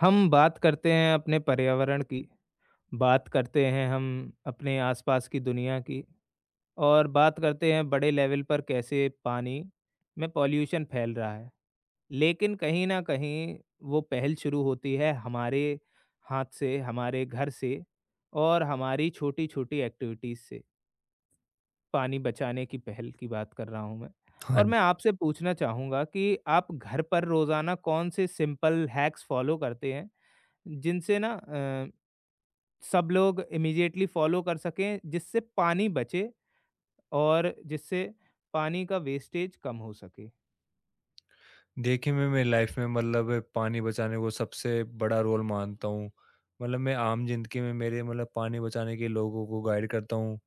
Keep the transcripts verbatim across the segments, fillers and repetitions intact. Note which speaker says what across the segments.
Speaker 1: हम बात करते हैं अपने पर्यावरण की, बात करते हैं हम अपने आसपास की दुनिया की और बात करते हैं बड़े लेवल पर कैसे पानी में पॉल्यूशन फैल रहा है। लेकिन कहीं न कहीं वो पहल शुरू होती है हमारे हाथ से, हमारे घर से और हमारी छोटी-छोटी एक्टिविटीज़ से, पानी बचाने की पहल की बात कर रहा हूँ मैं।
Speaker 2: हाँ
Speaker 1: और मैं
Speaker 2: जी।
Speaker 1: आपसे पूछना चाहूँगा कि आप घर पर रोज़ाना कौन से सिंपल हैक्स फ़ॉलो करते हैं जिनसे ना अ, सब लोग इमीडिएटली फॉलो कर सकें जिससे पानी बचे और जिससे पानी का वेस्टेज कम हो सके।
Speaker 2: देखिए, मैं मेरी लाइफ में मतलब पानी बचाने को सबसे बड़ा रोल मानता हूँ। मतलब मैं आम ज़िंदगी में मेरे मतलब पानी बचाने के लिए लोगों को गाइड करता हूँ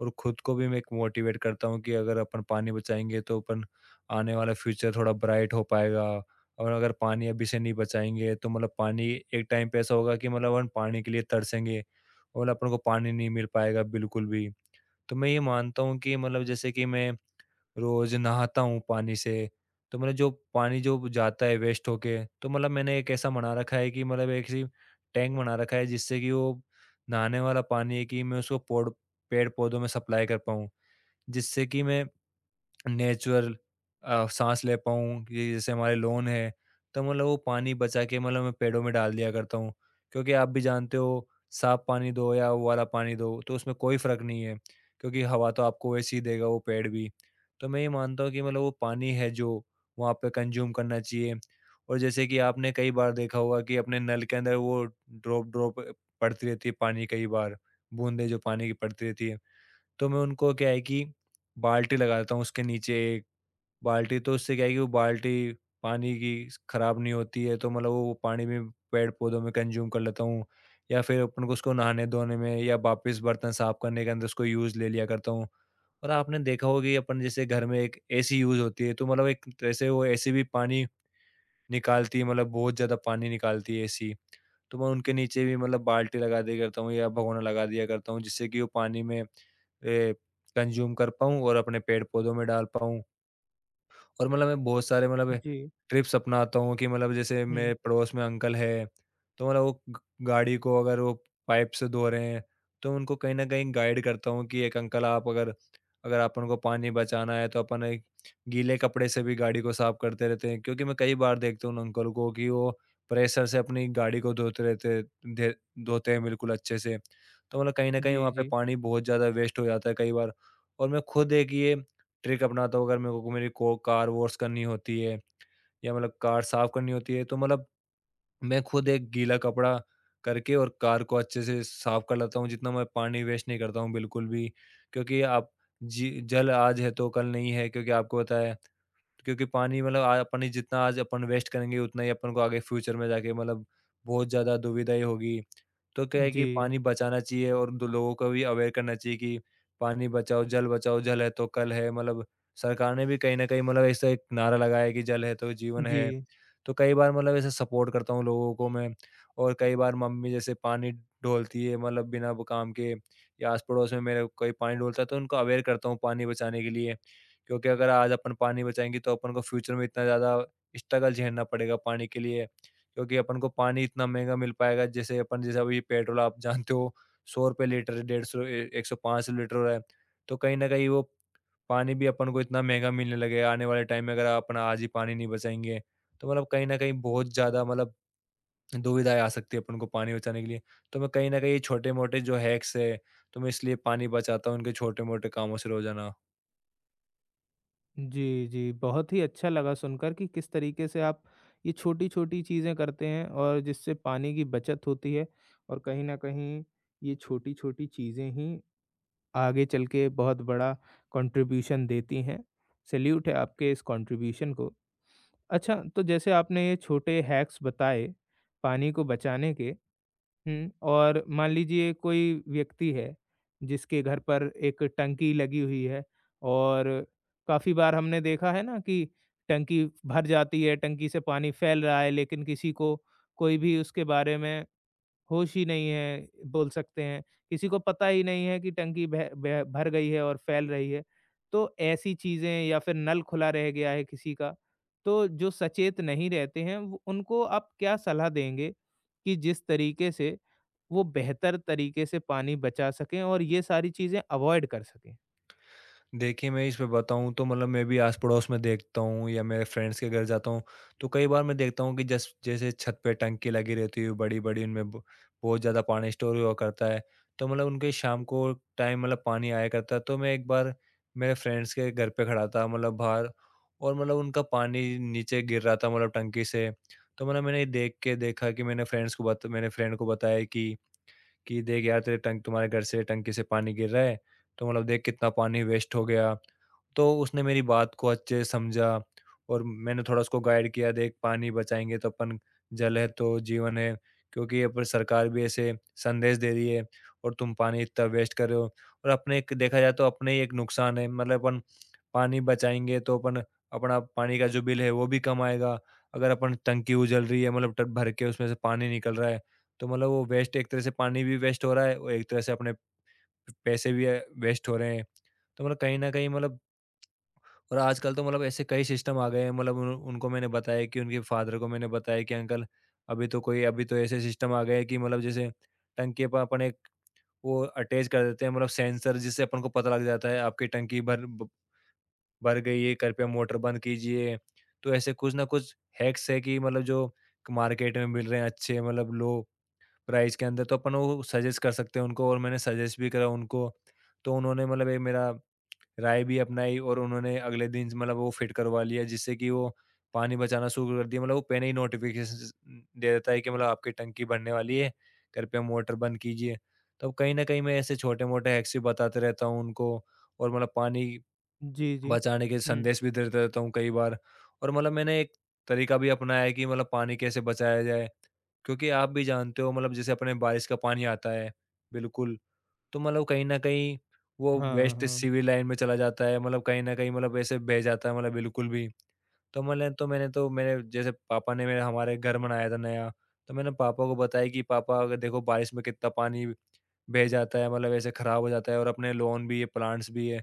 Speaker 2: और खुद को भी मैं एक मोटिवेट करता हूँ कि अगर अपन पानी बचाएँगे तो अपन आने वाला फ्यूचर थोड़ा ब्राइट हो पाएगा, और अगर पानी अभी से नहीं बचाएँगे तो मतलब पानी एक टाइम पे ऐसा होगा कि मतलब अपन पानी के लिए तरसेंगे और मतलब अपन को पानी नहीं मिल पाएगा बिल्कुल भी। तो मैं ये मानता हूँ कि मतलब जैसे कि मैं रोज़ नहाता हूँ पानी से, तो मतलब जो पानी जो जाता है वेस्ट होके, तो मतलब मैंने एक ऐसा बना रखा है कि मतलब एक सी टैंक बना रखा है जिससे कि वो नहाने वाला पानी है कि मैं उसको पौड़ पेड़-पौधों में सप्लाई कर पाऊँ, जिससे कि मैं नेचुरल अ, साँस ले पाऊँ, कि जैसे हमारे लॉन है, तो मतलब वो पानी बचा के मतलब मैं पेड़ों में डाल दिया करता हूँ। क्योंकि आप भी जानते हो, साफ पानी दो या वो वाला पानी दो, तो उसमें कोई फ़र्क नहीं है, क्योंकि हवा तो आपको वैसे ही देगा वो पेड़ भी। तो मैं ये मानता हूँ कि मतलब वो पानी है जो वहाँ पे कंज़्यूम करना चाहिए। और जैसे कि आपने कई बार देखा होगा कि अपने नल के अंदर वो ड्रॉप ड्रॉप पड़ती रहती है पानी कई बार, बूँदें जो पानी की पड़ती रहती है। तो मैं उनको क्या है कि बाल्टी लगा देता हूँ उसके नीचे एक बाल्टी, तो उससे क्या है कि वो बाल्टी पानी की खराब नहीं होती है, तो मतलब वो पानी भी पेड़ पौधों में कंज्यूम कर लेता हूँ, या फिर अपन को उसको नहाने धोने में या वापस बर्तन साफ करने के अंदर उसको यूज़ ले लिया करता हूँ। और आपने देखा होगा कि अपन जैसे घर में एक एसी यूज़ होती है, तो मतलब एक तरह से वो एसी भी पानी निकालती है, मतलब बहुत ज़्यादा पानी निकालती है एसी। तो मैं उनके नीचे भी मतलब बाल्टी लगा दिया करता हूँ या भगोना लगा दिया करता हूँ, जिससे कि वो पानी में ए, कंज्यूम कर पाऊँ और अपने पेड़ पौधों में डाल पाऊँ। और मतलब मैं बहुत सारे मतलब
Speaker 1: जी।
Speaker 2: ट्रिप्स अपनाता हूँ, कि मतलब जैसे
Speaker 1: हुँ।
Speaker 2: मेरे पड़ोस में अंकल है, तो मतलब वो ग गाड़ी को अगर वो पाइप से धो रहे हैं, तो उनको कहीं न कहीं गाइड करता हूँ कि एक अंकल, आप अगर अगर अपन को पानी बचाना है, तो अपन एक गीले कपड़े से भी गाड़ी को साफ करते रहते हैं। क्योंकि मैं कई बार देखता हूँ उन अंकल को कि वो प्रेशर से अपनी गाड़ी को धोते रहते धे धोते हैं बिल्कुल अच्छे से। तो मतलब कहीं न कहीं
Speaker 1: जी,
Speaker 2: वहाँ पे
Speaker 1: जी।
Speaker 2: पानी बहुत ज़्यादा वेस्ट हो जाता है कई बार। और मैं खुद एक ये ट्रिक अपनाता हूँ, अगर मेरे को मेरी को कार वॉश करनी होती है या मतलब कार साफ करनी होती है, तो मतलब मैं खुद एक गीला कपड़ा करके और कार को अच्छे से साफ कर लेता हूँ, जितना मैं पानी वेस्ट नहीं करता हूँ बिल्कुल भी। क्योंकि आप जी, जल आज है तो कल नहीं है, क्योंकि आपको पता है। क्योंकि पानी मतलब आ पानी जितना आज अपन वेस्ट करेंगे उतना ही अपन को आगे फ्यूचर में जाके मतलब बहुत ज़्यादा दुविधा ही होगी। तो क्या है
Speaker 1: जी।
Speaker 2: कि पानी बचाना चाहिए और दो लोगों को भी अवेयर करना चाहिए कि पानी बचाओ, जल बचाओ, जल है तो कल है। मतलब सरकार ने भी कहीं न कहीं मतलब ऐसा एक नारा लगाया है कि जल है तो जीवन
Speaker 1: जी।
Speaker 2: है। तो कई बार मतलब ऐसे सपोर्ट करता हूँ लोगों को मैं, और कई बार मम्मी जैसे पानी डोलती है मतलब बिना वो काम के, या आस-पड़ोस में मेरे कोई पानी डोलता है, तो उनको अवेयर करता हूँ पानी बचाने के लिए। क्योंकि अगर आज अपन पानी बचाएँगे तो अपन को फ्यूचर में इतना ज़्यादा स्ट्रगल झेलना पड़ेगा पानी के लिए। क्योंकि अपन को पानी इतना महँगा मिल पाएगा, जैसे अपन जैसे अभी पेट्रोल आप जानते हो, ₹एक सौ लीटर, ₹डेढ़ सौ, एक सौ पाँच लीटर हो रहा है। तो कहीं न कहीं वो पानी भी अपन को इतना महँगा मिलने लगेगा आने वाले टाइम में, अगर अपन आज ही पानी नहीं बचाएँगे, तो मतलब कहीं न कहीं बहुत ज़्यादा मतलब दुविधाएँ आ सकती है अपन को पानी बचाने के लिए। तो मैं कहीं न कहीं छोटे-मोटे जो हैक्स है, तो मैं इसलिए पानी बचाता हूँ इनके छोटे-मोटे कामों से रोज़ाना।
Speaker 1: जी, जी। बहुत ही अच्छा लगा सुनकर कि किस तरीके से आप ये छोटी-छोटी चीज़ें करते हैं और जिससे पानी की बचत होती है और कहीं न कहीं ये छोटी-छोटी चीज़ें ही आगे चल के बहुत बड़ा कंट्रीब्यूशन देती हैं। सैल्यूट है आपके इस कंट्रीब्यूशन को। अच्छा, तो जैसे आपने ये छोटे हैक्स बताए पानी को बचाने के, हुँ, और मान लीजिए कोई व्यक्ति है जिसके घर पर एक टंकी लगी हुई है और काफ़ी बार हमने देखा है ना कि टंकी भर जाती है, टंकी से पानी फैल रहा है लेकिन किसी को कोई भी उसके बारे में होश ही नहीं है, बोल सकते हैं। किसी को पता ही नहीं है कि टंकी भे भे भर गई है और फैल रही है। तो ऐसी चीज़ें या फिर नल खुला रह गया है किसी का, तो जो सचेत नहीं रहते हैं वो उनको आप क्या सलाह देंगे कि जिस तरीके से वो बेहतर तरीके से पानी बचा सकें और ये सारी चीज़ें अवॉइड कर सकें?
Speaker 2: देखिए, मैं इस पे बताऊँ तो मतलब मैं भी आस-पड़ोस में देखता हूँ या मेरे फ्रेंड्स के घर जाता हूँ, तो कई बार मैं देखता हूँ कि जस जैसे छत पे टंकी लगी रहती है बड़ी-बड़ी, उनमें ब बहुत ज़्यादा पानी स्टोर हुआ करता है, तो मतलब उनके शाम को टाइम मतलब पानी आया करता है। तो मैं एक बार मेरे फ्रेंड्स के घर पे खड़ा था मतलब बाहर, और मतलब उनका पानी नीचे गिर रहा था मतलब टंकी से, तो मतलब मैंने देख के देखा कि मैंने फ्रेंड्स को बत मेरे फ्रेंड को बताया कि कि, "देख यार, तेरे टंक तुम्हारे घर से टंकी से पानी गिर रहा है, तो मतलब देख कितना पानी वेस्ट हो गया।" तो उसने मेरी बात को अच्छे से समझा, और मैंने थोड़ा उसको गाइड किया, देख पानी बचाएँगे तो अपन, जल है तो जीवन है, क्योंकि ये पर सरकार भी ऐसे संदेश दे रही है, और तुम पानी इतना वेस्ट कर रहे हो, और अपने एक देखा जाए तो अपने ही एक नुकसान है, मतलब अपन पानी बचाएँगे तो अपन अपना पानी का जो बिल है वो भी कम आएगा। अगर अपन टंकी उजल रही है, मतलब टब भर के उसमें से पानी निकल रहा है, तो मतलब वो वेस्ट एक तरह से पानी भी वेस्ट हो रहा है और एक तरह से अपने पैसे भी अ, वेस्ट हो रहे हैं। तो मतलब कहीं न कहीं मतलब, और आजकल तो मतलब ऐसे कई सिस्टम आ गए हैं, मतलब उन उनको मैंने बताया, कि उनके फादर को मैंने बताया कि अंकल, अभी तो कोई अभी तो ऐसे सिस्टम आ गए हैं कि मतलब जैसे टंकी पर अपन एक वो अटैच कर देते हैं मतलब सेंसर, जिससे अपन को पता लग जाता है आपकी टंकी भर ब- भर गई है, कृपया मोटर बंद कीजिए। तो ऐसे कुछ ना कुछ हैक्स है कि मतलब जो मार्केट में मिल रहे हैं अच्छे मतलब लो प्राइस के अंदर, तो अपन वो सजेस्ट कर सकते हैं उनको, और मैंने सजेस्ट भी करा उनको। तो उन्होंने मतलब एक मेरा राय भी अपनाई और उन्होंने अगले दिन मतलब वो फिट करवा लिया जिससे कि वो पानी बचाना शुरू कर दिया। मतलब वो पहले ही नोटिफिकेशन दे देता है कि मतलब आपकी टंकी भरने वाली है, कृपया मोटर बंद कीजिए। तो कहीं ना कहीं मैं ऐसे छोटे मोटे हैक्स भी बताते रहता हूँ उनको, और मतलब पानी
Speaker 1: जी, जी।
Speaker 2: बचाने के
Speaker 1: हुँ।
Speaker 2: संदेश भी देते रहता हूँ कई बार। और मतलब मैंने एक तरीका भी अपनाया है कि मतलब पानी कैसे बचाया जाए, क्योंकि आप भी जानते हो मतलब जैसे अपने बारिश का पानी आता है बिल्कुल, तो मतलब कहीं न कहीं वो
Speaker 1: हाँ,
Speaker 2: वेस्ट
Speaker 1: हाँ।
Speaker 2: सिविल लाइन में चला जाता है, मतलब कहीं न कहीं मतलब ऐसे बह जाता है मतलब बिल्कुल भी। तो मैंने तो मैंने तो मेरे जैसे पापा ने मेरे हमारे घर बनाया था नया, तो मैंने पापा को बताया कि पापा, अगर देखो बारिश में कितना पानी बह जाता है, मतलब ऐसे खराब हो जाता है, और अपने लॉन भी है, प्लांट्स भी है।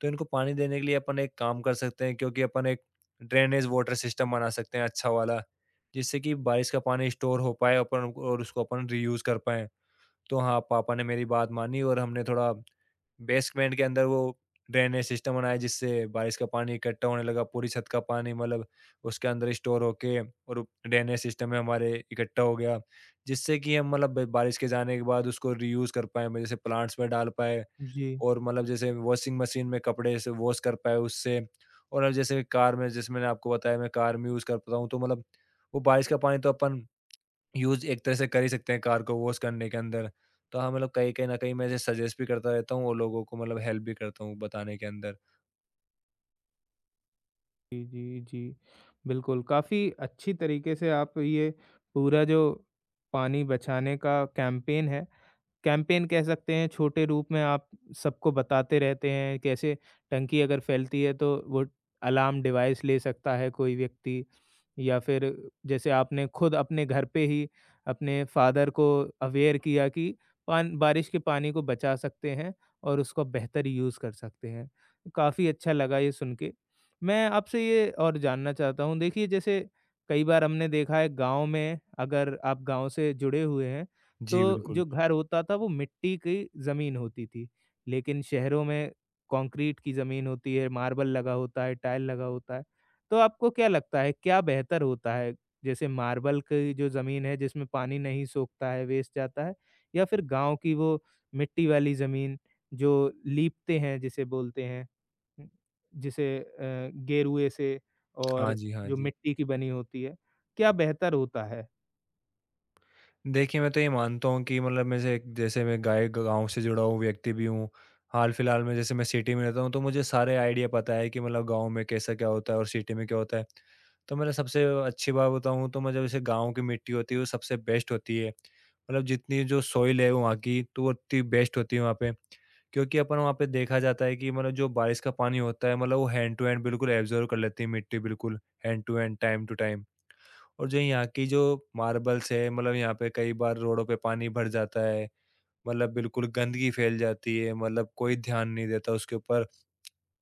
Speaker 2: तो इनको पानी देने के लिए अपन एक काम कर सकते हैं, क्योंकि अपन एक ड्रेनेज वाटर सिस्टम बना सकते हैं अच्छा वाला, जिससे कि बारिश का पानी स्टोर हो पाए अपन और उसको अपन रीयूज़ कर पाएँ। तो हाँ, पापा ने मेरी बात मानी, और हमने थोड़ा बेसमेंट के अंदर वो ड्रेनेज सिस्टम बनाया, जिससे बारिश का पानी इकट्ठा होने लगा, पूरी छत का पानी मतलब उसके अंदर स्टोर होके और ड्रेनेज सिस्टम में हमारे इकट्ठा हो गया, जिससे कि हम मतलब ब बारिश के जाने के बाद उसको रीयूज़ कर पाएँ, जैसे प्लांट्स में डाल पाएँ,
Speaker 1: जी।
Speaker 2: और मतलब जैसे वॉशिंग मशीन में कपड़े से वॉश कर पाएँ उससे। और अब जैसे कार में, जैसे मैंने आपको बताया मैं कार में यूज़ करता हूँ, तो मतलब वो बारिश का पानी तो अपन यूज़ एक तरह से कर ही सकते हैं कार को वॉश करने के अंदर। तो हाँ, मतलब कहीं कहीं न कहीं मैं इसे सजेस्ट भी करता रहता हूँ और लोगों को मतलब हेल्प भी करता हूँ बताने के अंदर।
Speaker 1: जी, जी, जी। बिल्कुल, काफ़ी अच्छी तरीके से आप ये पूरा जो पानी बचाने का कैंपेन है, कैंपेन कह सकते हैं, छोटे रूप में आप सबको बताते रहते हैं, कैसे टंकी अगर फैलती है तो वो अलार्म डिवाइस ले सकता है कोई व्यक्ति या फिर जैसे आपने खुद अपने घर पे ही अपने फादर को अवेयर किया कि पान बारिश के पानी को बचा सकते हैं और उसका बेहतर यूज़ कर सकते हैं। काफ़ी अच्छा लगा ये सुन के। मैं आपसे ये और जानना चाहता हूँ, देखिए जैसे कई बार हमने देखा है गाँव में अगर आप गाँव से जुड़े हुए हैं तो
Speaker 2: जी, बिल्कुल।
Speaker 1: जो घर होता था वो मिट्टी की ज़मीन होती थी। लेकिन शहरों में कंक्रीट की ज़मीन होती है, मार्बल लगा होता है, टाइल लगा होता है। तो आपको क्या लगता है क्या बेहतर होता है? जैसे मार्बल की जो ज़मीन है जिसमें पानी नहीं सोखता है, वेस्ट जाता है या फिर गाँव की वो मिट्टी वाली ज़मीन जो लीपते हैं जिसे बोलते हैं, हम्म, जिसे अ, गेरुए से
Speaker 2: हाँ
Speaker 1: और
Speaker 2: जी, हाँ
Speaker 1: जो
Speaker 2: जी।
Speaker 1: मिट्टी की बनी होती है, क्या बेहतर होता है?
Speaker 2: देखिए, मैं तो ये मानता हूँ कि मतलब मैं से एक- जैसे मैं गाय गाँव से जुड़ा हुआ व्यक्ति भी हूँ। हाल-फिलहाल में जैसे मैं सिटी में रहता हूँ, तो मुझे सारे आइडिया पता है कि मतलब गाँव में कैसा क्या होता है और सिटी में क्या होता है। तो मैंने सबसे अच्छी बात बताऊँ तो मतलब जैसे गाँव की मिट्टी होती है, वो सबसे बेस्ट होती है। मतलब जितनी जो सॉइल है वहाँ की, तो वो उतनी बेस्ट होती है वहाँ पे। क्योंकि अपन वहाँ पे देखा जाता है कि मतलब जो बारिश का पानी होता है, मतलब वो हैंड टू हैंड बिल्कुल एब्ज़ॉर्ब कर लेती है मिट्टी बिल्कुल, hand to hand, time to time. और जो यहाँ की जो मार्बल्स है मतलब यहाँ पे कई बार रोडों पे पानी भर जाता है। मतलब बिल्कुल गंदगी फैल जाती है, मतलब कोई ध्यान नहीं देता उसके ऊपर।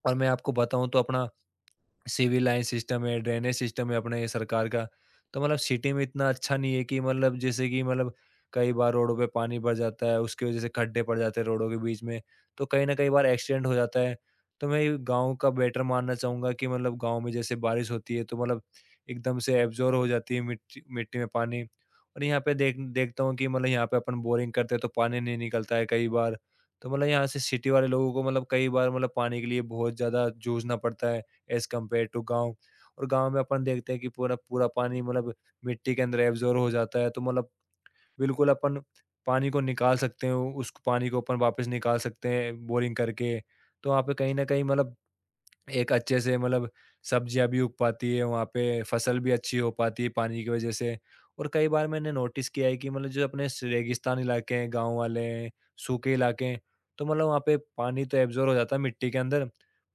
Speaker 2: और मैं आपको बताऊँ तो अपना सिविल लाइन सिस्टम है, ड्रेनेज सिस्टम है अपने ये सरकार का। तो मतलब सिटी में इतना अच्छा नहीं है कि मतलब जैसे कि मतलब कई बार रोडों पे पानी भर जाता है, उसकी वजह से खड्डे पड़ जाते हैं रोडों के बीच में, तो कहीं न कई बार एक्सीडेंट हो जाता है। तो मैं गाँव का बेटर मानना चाहूँगा कि मतलब गाँव में जैसे बारिश होती है तो मतलब एकदम से एब्ज़ॉर्ब हो जाती है मिट्टी मिट्टी में पानी। और यहाँ पे देख देखता हूँ कि मतलब यहाँ पे अपन बोरिंग करते हैं तो पानी नहीं निकलता है कई बार। तो मतलब यहाँ से सिटी वाले लोगों को मतलब कई बार मतलब पानी के लिए बहुत ज़्यादा जूझना पड़ता है। एज़ कम्पेयर टू गाँव। और गाँव में अपन देखते हैं कि पूरा पूरा पानी मतलब मिट्टी के अंदर एब्ज़ॉर्ब हो जाता है, तो मतलब बिल्कुल अपन पानी को निकाल सकते हैं, उस पानी को अपन वापस निकाल सकते हैं बोरिंग करके। तो वहाँ पे कहीं न कहीं मतलब एक अच्छे से मतलब सब्जियाँ भी उग पाती है, वहाँ पे फसल भी अच्छी हो पाती है पानी की वजह से। और कई बार मैंने नोटिस किया है कि मतलब जो अपने स रेगिस्तान इलाके हैं, गाँव वाले हैं, सूखे इलाके हैं, तो मतलब वहाँ पे पानी तो एब्ज़ॉर्ब हो जाता है मिट्टी के अंदर,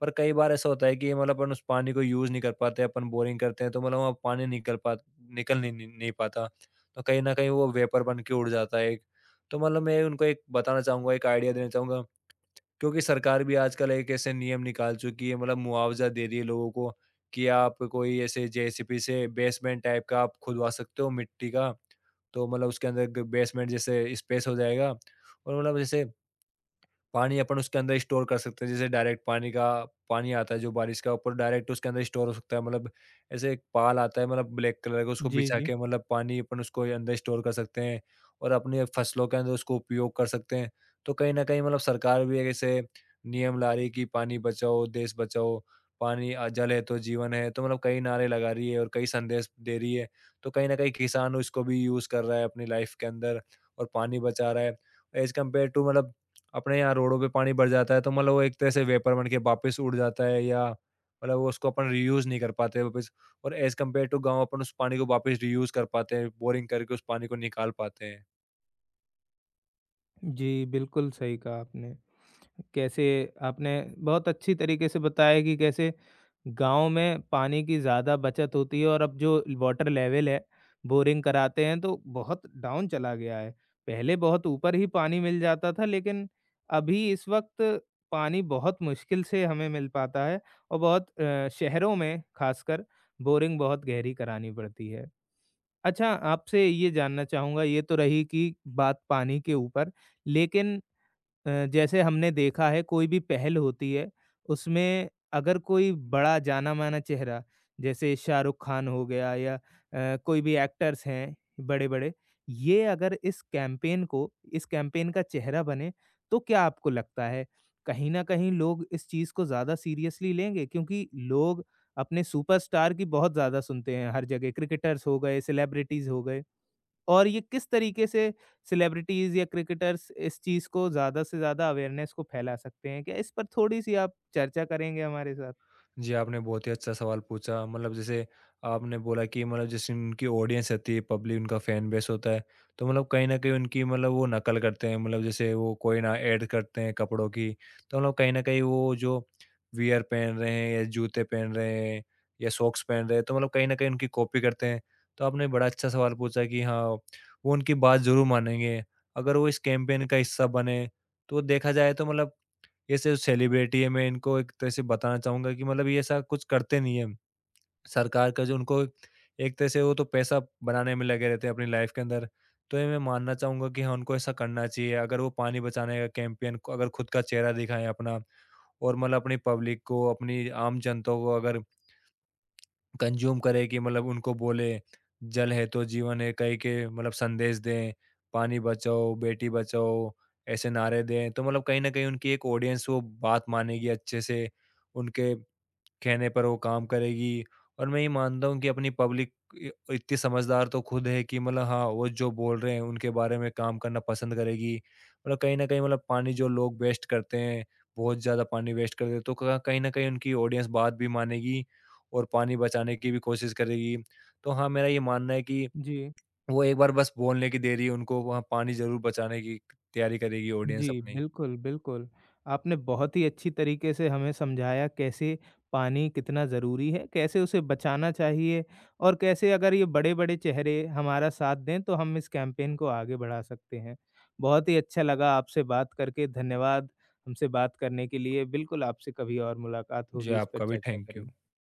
Speaker 2: पर कई बार ऐसा होता है कि मतलब अपन उस पानी को यूज़ नहीं कर पाते, अपन बोरिंग करते हैं, तो मतलब वहाँ पानी निकल पा निकल नहीं नहीं नहीं पाता। तो कहीं न कहीं वो वेपर बन के उड़ जाता है एक। तो मतलब मैं उनको एक बताना चाहूँगा, एक आइडिया देना चाहूँगा क्योंकि सरकार भी आजकल एक ऐसे नियम निकाल चुकी है, मतलब मुआवजा दे रही है लोगों को कि आप कोई ऐसे जेसीबी से बेसमेंट टाइप का आप खुदवा सकते हो मिट्टी का। तो मतलब उसके अंदर ग बेसमेंट जैसे स्पेस हो जाएगा और मतलब जैसे पानी अपन उसके अंदर स्टोर कर सकते हैं, जैसे डायरेक्ट पानी का पानी आता है जो बारिश का ऊपर, डायरेक्ट उसके अंदर स्टोर हो सकता है। मतलब ऐसे एक पाल आता है, मतलब ब्लैक कलर का, उसको
Speaker 1: जी,
Speaker 2: बिछा
Speaker 1: जी।
Speaker 2: के मतलब पानी अपन उसको अंदर स्टोर कर सकते हैं और अपनी फसलों के अंदर उसको उपयोग कर सकते हैं। तो कहीं ना कहीं मतलब सरकार भी एक ऐसे नियम ला रही है कि पानी बचाओ, देश बचाओ, पानी अ, जल है तो जीवन है, तो मतलब कई नारे लगा रही है और कई संदेश दे रही है। तो कहीं ना कहीं किसान उसको भी यूज कर रहा है अपनी लाइफ के अंदर और पानी बचा रहा है, एज कम्पेयर टू मतलब अपने यहाँ रोडों पे पानी भर जाता है, तो मतलब वो एक तरह से वेपर बन के वापस उड़ जाता है, या मतलब वो उसको अपन रीयूज़ नहीं कर पाते वापस। और एज़ कम्पेयर टू गाँव अपन उस पानी को वापस रीयूज़ कर पाते हैं, बोरिंग करके उस पानी को निकाल पाते हैं।
Speaker 1: जी, बिल्कुल सही कहा आपने। कैसे आपने बहुत अच्छी तरीके से बताया कि कैसे गाँव में पानी की ज़्यादा बचत होती है और अब जो वाटर लेवल है, बोरिंग कराते हैं तो बहुत डाउन चला गया है। पहले बहुत ऊपर ही पानी मिल जाता था लेकिन अभी इस वक़्त पानी बहुत मुश्किल से हमें मिल पाता है और बहुत अ, शहरों में ख़ासकर बोरिंग बहुत गहरी करानी पड़ती है। अच्छा आपसे ये जानना चाहूँगा ये तो रही कि बात पानी के ऊपर, लेकिन अ, जैसे हमने देखा है कोई भी पहल होती है उसमें अगर कोई बड़ा जाना-माना चेहरा जैसे शाहरुख खान हो गया या अ, कोई भी एक्टर्स हैं बड़े-बड़े, ये अगर इस कैंपेन को इस कैंपेन का चेहरा बने तो क्या आपको लगता है कहीं न कहीं लोग इस चीज़ को ज़्यादा सीरियसली लेंगे? क्योंकि लोग अपने सुपरस्टार की बहुत ज़्यादा सुनते हैं हर जगह क्रिकेटर्स हो गए, सेलिब्रिटीज़ हो गए। और ये किस तरीके से सेलिब्रिटीज़ या क्रिकेटर्स इस चीज़ को ज़्यादा से ज़्यादा अवेयरनेस को फैला सकते हैं? क्या इस पर थोड़ी-सी आप चर्चा करेंगे हमारे साथ?
Speaker 2: जी, आपने बहुत ही अच्छा सवाल पूछा। मतलब जैसे आपने बोला कि मतलब जैसे उनकी ऑडियंस रहती है, पब्लिक उनका फैन बेस होता है, तो मतलब कहीं न कहीं उनकी मतलब वो नकल करते हैं। मतलब जैसे वो कोई ना ऐड करते हैं कपड़ों की, तो मतलब कहीं न कहीं वो जो वियर पहन रहे हैं या जूते पहन रहे हैं या सॉक्स पहन रहे हैं, तो मतलब कहीं न कहीं उनकी कॉपी करते हैं। तो आपने बड़ा अच्छा सवाल पूछा कि हाँ, वो उनकी बात ज़रूर मानेंगे, अगर वो इस कैंपेन का हिस्सा बने। तो देखा जाए तो मतलब ये सिर्फ सेलिब्रिटी है, मैं इनको एक तरह से बताना चाहूँगा कि मतलब ये ऐसा कुछ करते नहीं हैं। सरकार का जो उनको, एक तरह से वो तो पैसा बनाने में लगे रहते हैं अपनी लाइफ़ के अंदर। तो ये मैं मानना चाहूँगा कि हाँ, उनको ऐसा करना चाहिए। अगर वो पानी बचाने का कैंपेन को अगर खुद का चेहरा दिखाएँ अपना और मतलब अपनी पब्लिक को, अपनी आम जनता को अगर कंज़्यूम करें कि मतलब उनको बोले, जल है तो जीवन है कह के मतलब संदेश दें, पानी बचाओ, बेटी बचाओ, ऐसे नारे दें। तो मतलब कहीं न कहीं उनकी एक ऑडियंस वो बात मानेगी अच्छे से, उनके कहने पर वो काम करेगी। और मैं ये मानता हूँ कि अपनी पब्लिक इ इतनी समझदार तो खुद है कि मतलब हाँ, वो जो बोल रहे हैं उनके बारे में काम करना पसंद करेगी। मतलब कहीं न कहीं मतलब पानी जो लोग वेस्ट करते हैं, बहुत ज़्यादा पानी वेस्ट करते हैं, तो क कहीं न कहीं उनकी ऑडियंस बात भी मानेगी और पानी बचाने की भी कोशिश करेगी। तो हाँ, मेरा ये मानना है कि
Speaker 1: जी।
Speaker 2: वो एक बार बस बोलने की देरी है, उनको वहाँ पानी ज़रूर बचाने की तैयारी करेगी ऑडियंस
Speaker 1: जी,
Speaker 2: अपनी।
Speaker 1: बिल्कुल, बिल्कुल। आपने बहुत ही अच्छी तरीके से हमें समझाया कैसे पानी कितना ज़रूरी है, कैसे उसे बचाना चाहिए और कैसे अगर ये बड़े-बड़े चेहरे हमारा साथ दें तो हम इस कैंपेन को आगे बढ़ा सकते हैं। बहुत ही अच्छा लगा आपसे बात करके धन्यवाद हमसे बात करने के लिए। बिल्कुल आपसे कभी और मुलाकात
Speaker 2: जी,
Speaker 1: होगी, इस पर
Speaker 2: आपका भी
Speaker 1: चर्चा
Speaker 2: थैंक यू।
Speaker 1: करेंगे।